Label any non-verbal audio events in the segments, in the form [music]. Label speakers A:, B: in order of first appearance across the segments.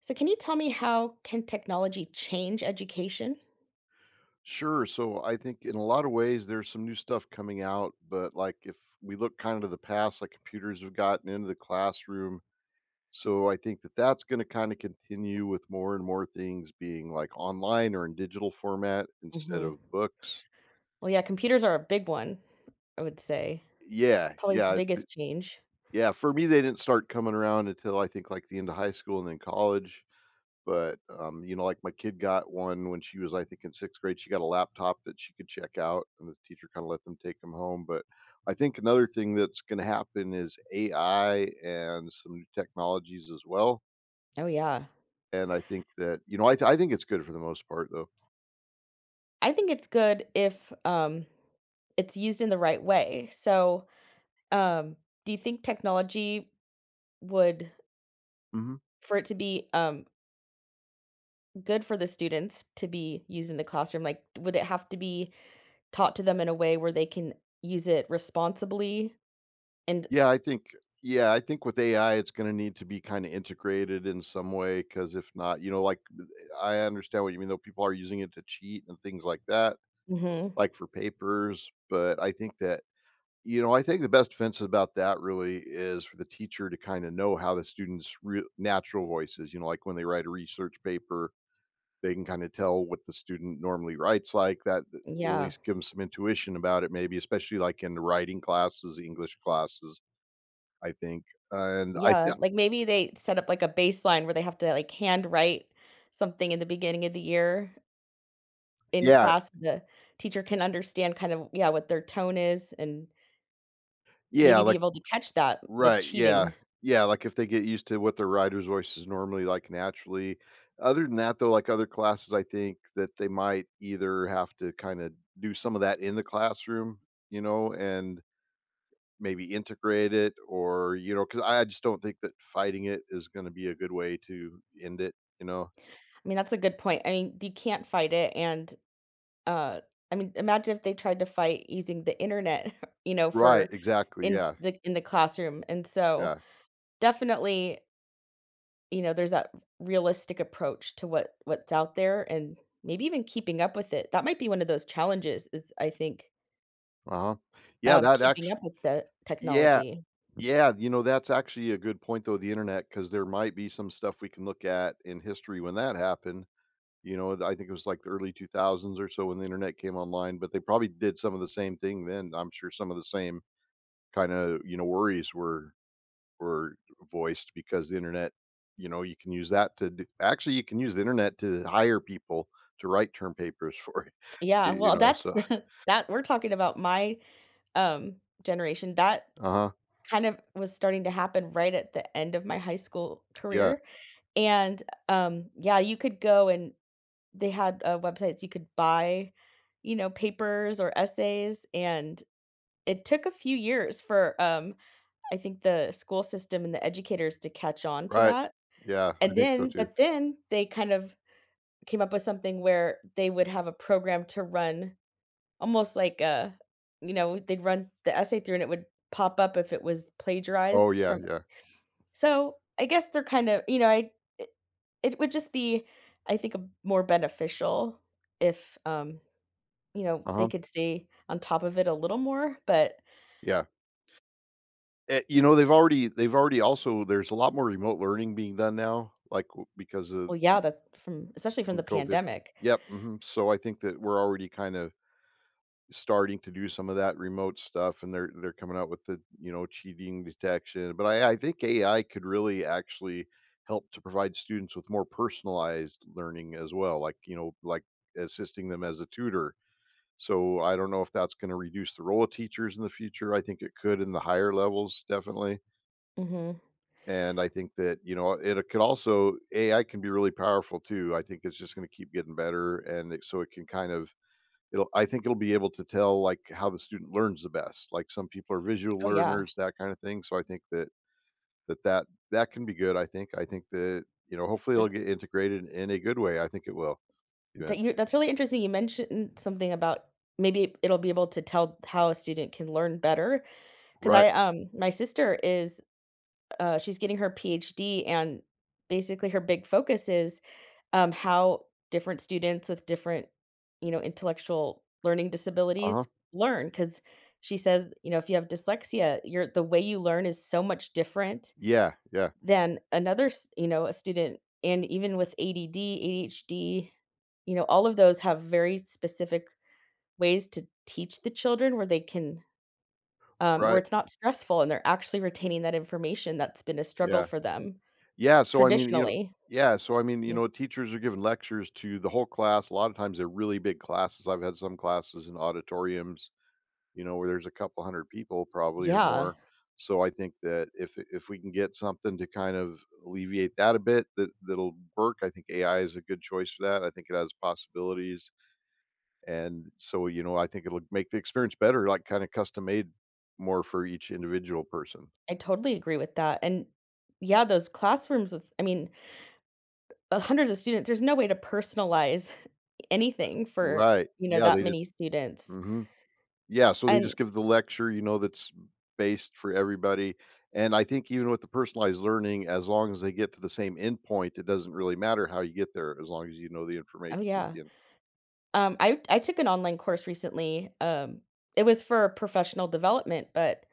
A: So, can you tell me how can technology change education?
B: Sure. So I think in a lot of ways there's some new stuff coming out, but like if we look kind of to the past, like computers have gotten into the classroom. So I think that's going to kind of continue with more and more things being like online or in digital format instead
A: hmm
B: of books.
A: Well, yeah, computers are a big one, I would say.
B: Yeah,
A: Probably the
B: yeah,
A: biggest change.
B: yeah. For me, they didn't start coming around until I think like the end of high school and then college. But, like, my kid got one when she was, I think, in 6th grade, she got a laptop that she could check out, and the teacher kinda let them take them home, but I think another thing that's gonna happen is AI and some new technologies as well,
A: Oh, yeah.
B: and I think that I think it's good for the most part, though.
A: I think it's good if, it's used in the right way. So, um, do you think technology would
B: Mhm.
A: for it to be, good for the students to be used in the classroom? Like, would it have to be taught to them in a way where they can use it responsibly and
B: Yeah, I think yeah, I think with AI, it's gonna need to be kinda integrated in some way because if not like, I understand what you mean, though, people are using it to cheat and things like that,
A: mhm.
B: like, for papers, but I think that you know, I think the best defense about that really is for the teacher to kind of know how the students' real natural voices, like when they write a research paper, they can kind of tell what the student normally writes like that, at
A: Yeah.
B: least give them some intuition about it, maybe, especially like in the writing classes, English classes, I think. And I,
A: Yeah,
B: th-
A: like, maybe they set up, like, a baseline where they have to, like, handwrite something in the beginning of the year in
B: yeah,
A: class, the teacher can understand kind of yeah, what their tone is and
B: yeah,
A: maybe be
B: like
A: able to catch that, the
B: Right, yeah.
A: cheating.
B: Yeah, like, if they get used to what their rider's voice is normally like naturally. Other than that, though, like other classes, I think that they might either have to kinda do some of that in the classroom, and maybe integrate it or, because I just don't think that fighting it is gonna be a good way to end it, you know?
A: I mean, that's a good point. I mean, you can't fight it and, uh, I mean, imagine if they tried to fight using the internet, [laughs] you know,
B: Right,
A: for
B: exactly,
A: in
B: yeah,
A: the in the classroom, and so,
B: yeah,
A: definitely, you know, there's that realistic approach to what's out there and maybe even keeping up with it. That might be one of those challenges is I think.
B: uh-huh. Yeah, that
A: Keeping up
B: actually.
A: with the
B: Yeah.
A: technology.
B: Yeah, that's actually a good point, though, the internet, because there might be some stuff we can look at in history when that happened. You know, I think it was like the early 2000s or so when the internet came online, but they probably did some of the same thing then. I'm sure some of the same kind of, worries were were voiced because the internet, you can use that to do, actually you can use the internet to hire people to write term papers [laughs] for
A: Yeah,
B: it,
A: well, that's
B: so
A: [laughs] that we're talking about my, um, generation. That
B: uh-huh.
A: kind of was starting to happen right at the end of my high school
B: Yeah,
A: career. And, yeah, you could go and they had, websites you could buy, you know, papers or essays, and it took a few years for, I think the school system and the educators to catch on to
B: right.
A: that.
B: Yeah, I
A: And
B: think so
A: then
B: too.
A: but then they kind of came up with something where they would have a program to run almost like a you know, they'd run the essay through and it would pop up if it was
B: Oh
A: plagiarized
B: yeah,
A: from
B: yeah.
A: so, I guess they're kind of, you know, I it, it would just be I think a more beneficial if you know, they
B: Uh-huh.
A: could stay on top of it a little more, but
B: Yeah. Eh, they've already also there's a lot more remote learning being done now, like, w because of
A: well, yeah, that from especially
B: from
A: from
B: the
A: the
B: COVID.
A: pandemic.
B: Yep, mhm, so I think that we're already kinda starting to do some of that remote stuff, and they're coming out with the, you know, cheating detection, but I think AI could really actually help to provide students with more personalized learning as well, like, like assisting them as a tutor. So I don't know if that's gonna reduce the role of teachers in the future, I think it could in the higher levels, definitely.
A: Mhm.
B: And I think that, it could also AI can be really powerful too. I think it's just going to keep getting better, and it, so it can kind of it'll. I think it'll be able to tell like how the student learns the best. Like some people are visual
A: Oh yeah.
B: learners, that kind of thing. So I think that that can be good. I think that hopefully it'll
A: That
B: get integrated in a good way. I think it will
A: that you
B: eventually.
A: that's really interesting. You mentioned something about maybe it'll be able to tell how a student can learn better because
B: Right.
A: I my sister is she's getting her PhD and basically her big focus is how different students with different, you know, intellectual learning
B: Uh huh.
A: disabilities learn because she says, you know, if you have dyslexia, your the way you learn is so much different
B: Yeah. Yeah.
A: than another, you know, a student. And even with ADD, ADHD, you know, all of those have very specific ways to teach the children where they can, where
B: Right.
A: it's not stressful and they're actually retaining that information that's been a struggle
B: Yeah.
A: for them
B: Yeah, so I mean, you know
A: traditionally.
B: yeah, so I mean, you
A: Yeah.
B: know, teachers are giving lectures to the whole class. A lot of times they're really big classes. I've had some classes in auditoriums, where there's a couple hundred people probably or
A: Yeah.
B: more. So I think that if we can get something to kind of alleviate that a bit, that that'll work. I think AI is a good choice for that. I think it has possibilities, and so I think it'll make the experience better, like kind of custom made more for each individual person.
A: I totally agree with that, and yeah, those classrooms with I mean, hundreds of students, there's no way to personalize [laughs] anything for,
B: Right?
A: you know,
B: Yeah,
A: that
B: they
A: many
B: just.
A: students,
B: Hmm. Yeah, so they
A: and
B: just give the lecture, that's based for everybody, and I think even with the personalized learning, as long as they get to the same endpoint, it doesn't really matter how you get there as long as you know the
A: oh,
B: information at
A: yeah.
B: the end.
A: I took an online course recently, it was for professional development, but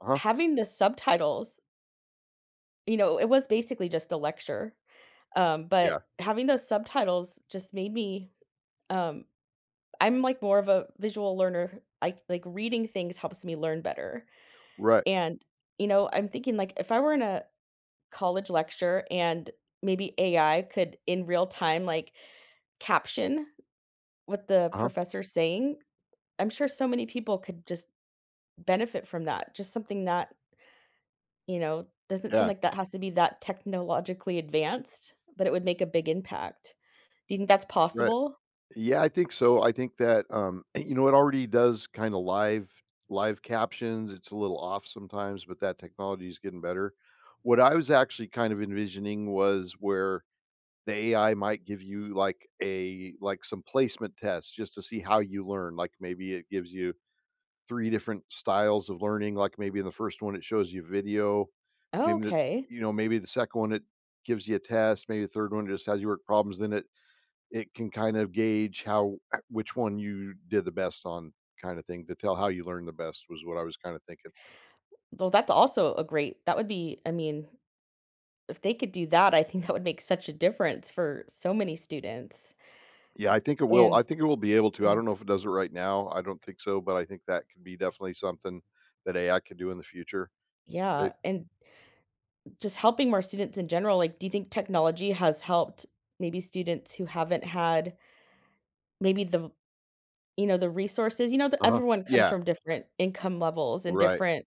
B: Uh-huh,
A: having the subtitles, you know, it was basically just a lecture,
B: yeah,
A: but having those subtitles just made me, um I'm, like, more of a visual learner, I like, reading things helps me learn better.
B: right,
A: And, you know, I'm thinking like if I were in a college lecture and maybe AI could in real time like caption what the
B: uh-huh,
A: professor's saying, I'm sure so many people could just benefit from that. Just something that, you know, doesn't seem
B: yeah,
A: like that has to be that technologically advanced, but it would make a big impact. Do you think that's
B: right.
A: possible?
B: Yeah, I think so, I think that, and it already does kinda live captions, it's a little off sometimes, but that technology is getting better. What I was actually kind of envisioning was where the AI might give you like some placement tests just to see how you learn. Like maybe it gives you 3 different styles of learning, like maybe in the first one it shows you video,
A: Oh,
B: maybe the
A: okay.
B: maybe the second one it gives you a test, maybe the third one just has you work problems, then it can kind of gauge how [clears throat] which one you did the best on kind of thing to tell how you learned the best was what I was kind of thinking.
A: Well, that's also a great, that would be, I mean, if they could do that, I think that would make such a difference for so many students.
B: Yeah, I think it will.
A: And,
B: I think it will be able to. I don't know if it does it right now. I don't think so, but I think that could be definitely something that AI could do in the future. But
A: yeah, and just helping more students in general, like, do you think technology has helped maybe students who haven't had maybe the you know, the resources, you know, that
B: uh-huh.
A: everyone comes
B: Yeah,
A: from different income levels and
B: right.
A: different,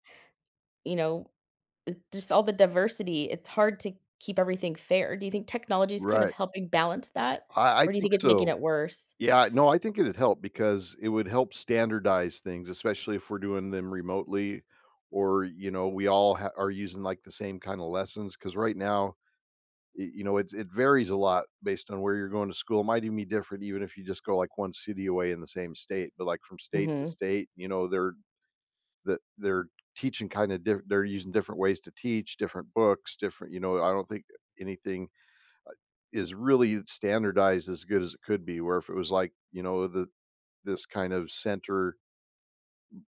A: you know, just all the diversity. It's hard to keep everything fair. Do you think technology is kind of
B: Right.
A: helping balance that?
B: I
A: Or do you
B: think
A: think it's making
B: so.
A: it worse?
B: Yeah, no, I think it'd help because it would help standardize things, especially if we're doing them remotely or, we all are using like the same kind of lessons. Cause right now, it, you know, it varies a lot based on where you're going to school. It might even be different, even if you just go like one city away in the same state, but like from state to
A: Mhm.
B: state, you know, there that they're teaching kind of different. They're using different ways to teach, different books, different I don't think anything is really standardized as good as it could be, where if it was like, you know, the this kind of center,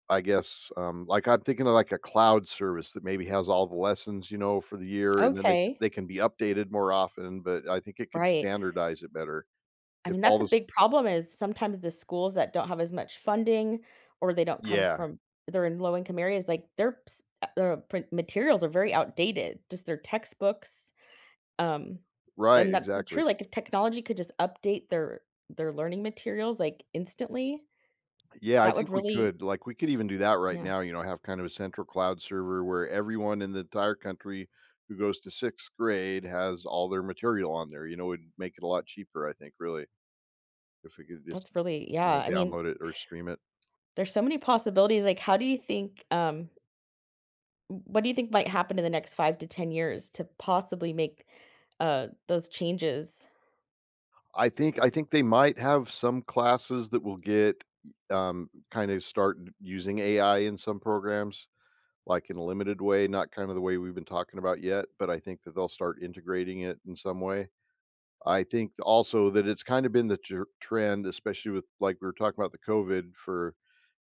B: I guess, like I'm thinking of like a cloud service that maybe has all the lessons, for the year and then they c
A: Okay.
B: they can be updated more often, but I think it could
A: Right.
B: standardize it better
A: I
B: if
A: mean,
B: all
A: that's a
B: this
A: big problem is sometimes the schools that don't have as much funding or they don't come
B: yeah,
A: from they're in low income areas, like their their materials are very outdated, just their textbooks. Um,
B: right,
A: then that's so
B: exactly.
A: true. Like if technology could just update their learning materials like instantly,
B: Yeah, I
A: that would
B: think we
A: really
B: could. Like, we could even do that right
A: yeah,
B: now, have kind of a central cloud server where everyone in the entire country who goes to sixth grade has all their material on there. You know, it'd make it a lot cheaper, I think, really, if we could just,
A: that's really yeah. I mean,
B: download it or stream it.
A: there's so many possibilities. Like, how do you think what do you think might happen in the next 5 to 10 years to possibly make those changes?
B: I think they might have some classes that will get kind of start using AI in some programs, like in a limited way, not kind of the way we've been talking about yet, but I think that they'll start integrating it in some way. I think also that it's kind of been the trend, especially with like we were talking about the COVID for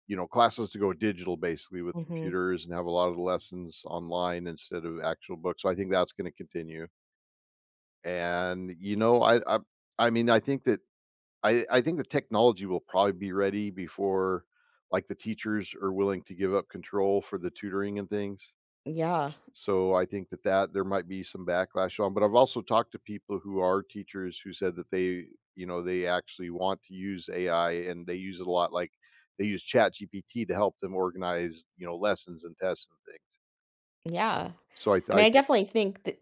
B: classes to go digital basically with
A: hmm
B: computers and have a lot of the lessons online instead of actual books. So I think that's going to continue. And you know, I mean, I think that I think the technology will probably be ready before like the teachers are willing to give up control for the tutoring and things.
A: Yeah,
B: So I think that there might be some backlash on, but I've also talked to people who are teachers who said that they actually want to use AI and they use it a lot. Like they use Chat GPT to help them organize, lessons and tests and things.
A: yeah.
B: So
A: I
B: I
A: mean, I
B: think,
A: definitely think that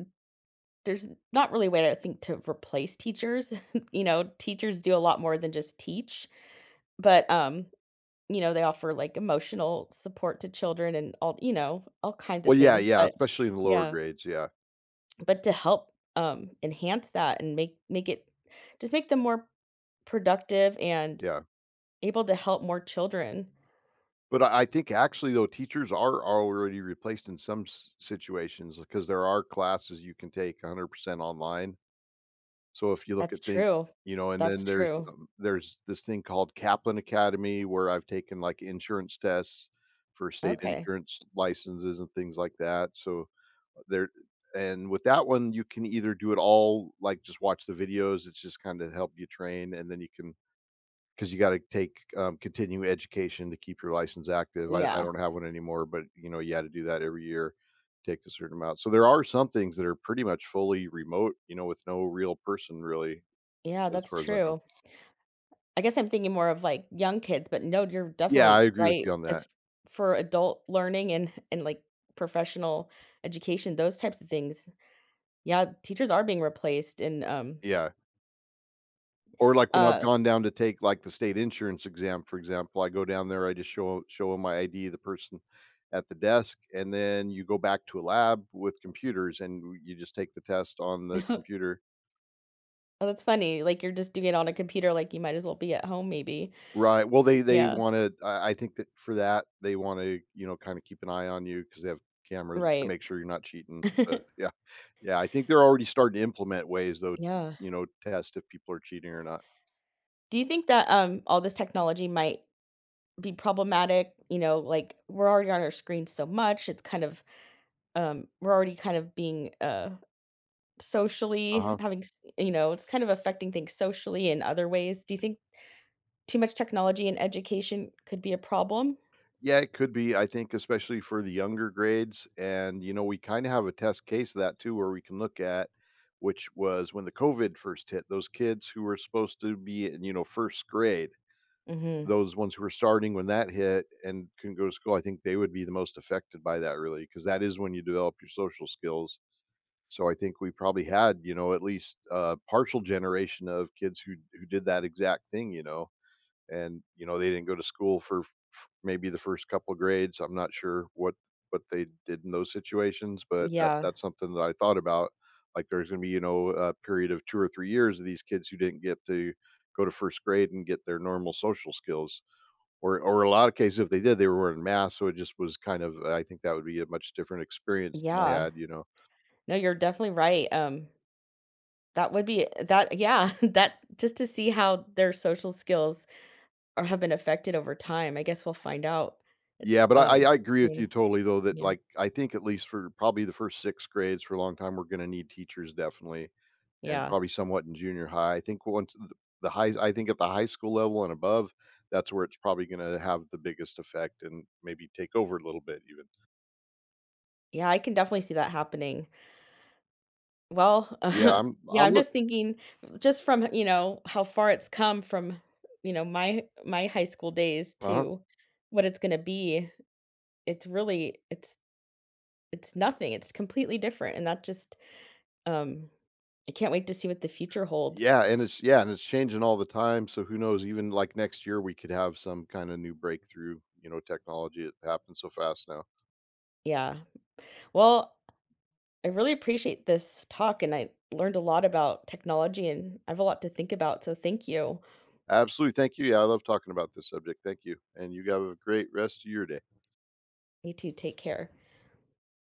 A: there's not really a way to think to replace teachers. [laughs] You know, teachers do a lot more than just teach, but, you know, they offer, like, emotional support to children and all you know, all kinds
B: well,
A: of
B: yeah,
A: things,
B: yeah,
A: but
B: especially in the lower
A: yeah.
B: grades, yeah,
A: But to help, enhance that and make it just make them more productive and
B: yeah.
A: able to help more children.
B: But I think actually though, teachers are already replaced in some situations because there are classes you can take 100% online. So if you look
A: That's
B: at things,
A: true.
B: and
A: That's
B: then there's,
A: true.
B: um, there's this thing called Kaplan Academy where I've taken, like, insurance tests for state
A: Okay.
B: insurance licenses and things like that, so there. And with that one, you can either do it all, like, just watch the videos, it's just kinda help you train, and then you can because you gotta take, continuing education to keep your license active. I
A: Yeah.
B: don't have one anymore, but, you know, you had to do that every year, take a certain amount. So there are some things that are pretty much fully remote, you know, with no real person really
A: Yeah,
B: as
A: that's
B: far as I know.
A: true. I guess I'm thinking more of, like, young kids, but no, you're
B: Yeah, I
A: definitely
B: agree with
A: right.
B: you on that.
A: As for adult learning and, like, professional education, those types of things. Yeah, teachers are being replaced and,
B: Yeah, or like when I've
A: uh
B: gone down to take like the state insurance exam, for example, I go down there, I just show 'em my ID, the person at the desk, and then you go back to a lab with computers and w you just take the test on the
A: [laughs] oh,
B: computer.
A: that's funny, like, you're just doing it on a computer, like, you might as well be at home maybe.
B: Right, well, they
A: Yeah,
B: wanna I think that for that, they wanna, kinda keep an eye on you because they have cameras to
A: right.
B: make sure you're not cheating, but
A: [laughs]
B: yeah. Yeah, I think they're already starting to implement ways though to,
A: Yeah.
B: test if people are cheating or not.
A: Do you think that, all this technology might be problematic? You know, like, we're already on our screens so much, it's kind of, we're already kind of being, socially,
B: Uh-huh.
A: having s you know, it's kind of affecting things socially in other ways. Do you think too much technology in education could be a problem?
B: Yeah, it could be. I think especially for the younger grades, and we kind of have a test case of that too, where we can look at, which was when the COVID first hit. Those kids who were supposed to be in first grade,
A: Mhm.
B: those ones who were starting when that hit and couldn't go to school, I think they would be the most affected by that really, because that is when you develop your social skills. So I think we probably had at least a partial generation of kids who did that exact thing, you know and you know they didn't go to school for maybe the first couple of grades. I'm not sure what they did in those situations, but that
A: Yeah.
B: that's something that I thought about. Like there's going to be a period of 2 or 3 years of these kids who didn't get to go to first grade and get their normal social skills, or a lot of cases if they did they were wearing masks, so it just was kind of I think that would be a much different experience than I
A: Yeah.
B: had.
A: No, you're definitely right. That would be that yeah, [laughs] that just to see how their social skills or have been affected over time, I guess we'll find out,
B: Yeah, but I, I
A: um,
B: I agree with you
A: soon.
B: totally though that
A: Yeah,
B: like I think at least for probably the first six grades for a long time we're going to need teachers definitely and
A: yeah.
B: probably somewhat in junior high. I think at the high school level and above, that's where it's probably gonna have the biggest effect and maybe take over a little bit even.
A: Yeah, I can definitely see that happening. Well,
B: Yeah,
A: [laughs] yeah,
B: I'm
A: I'm
B: look
A: just thinking just from, you know, how far it's come from, you know, my high school days
B: uh-huh.
A: to what it's gonna be, it's really it's nothing, it's completely different, and that just, um I can't wait to see what the future holds.
B: Yeah, and it's changing all the time, so who knows, even, like, next year, we could have some kinda new breakthrough, technology. It happens so fast now.
A: Yeah. Well I really appreciate this talk, and I learned a lot about technology, and I have a lot to think about. So thank you.
B: Absolutely, thank you, yeah, I love talking about this subject, thank you, and you have a great rest of your day.
A: You too. Take care.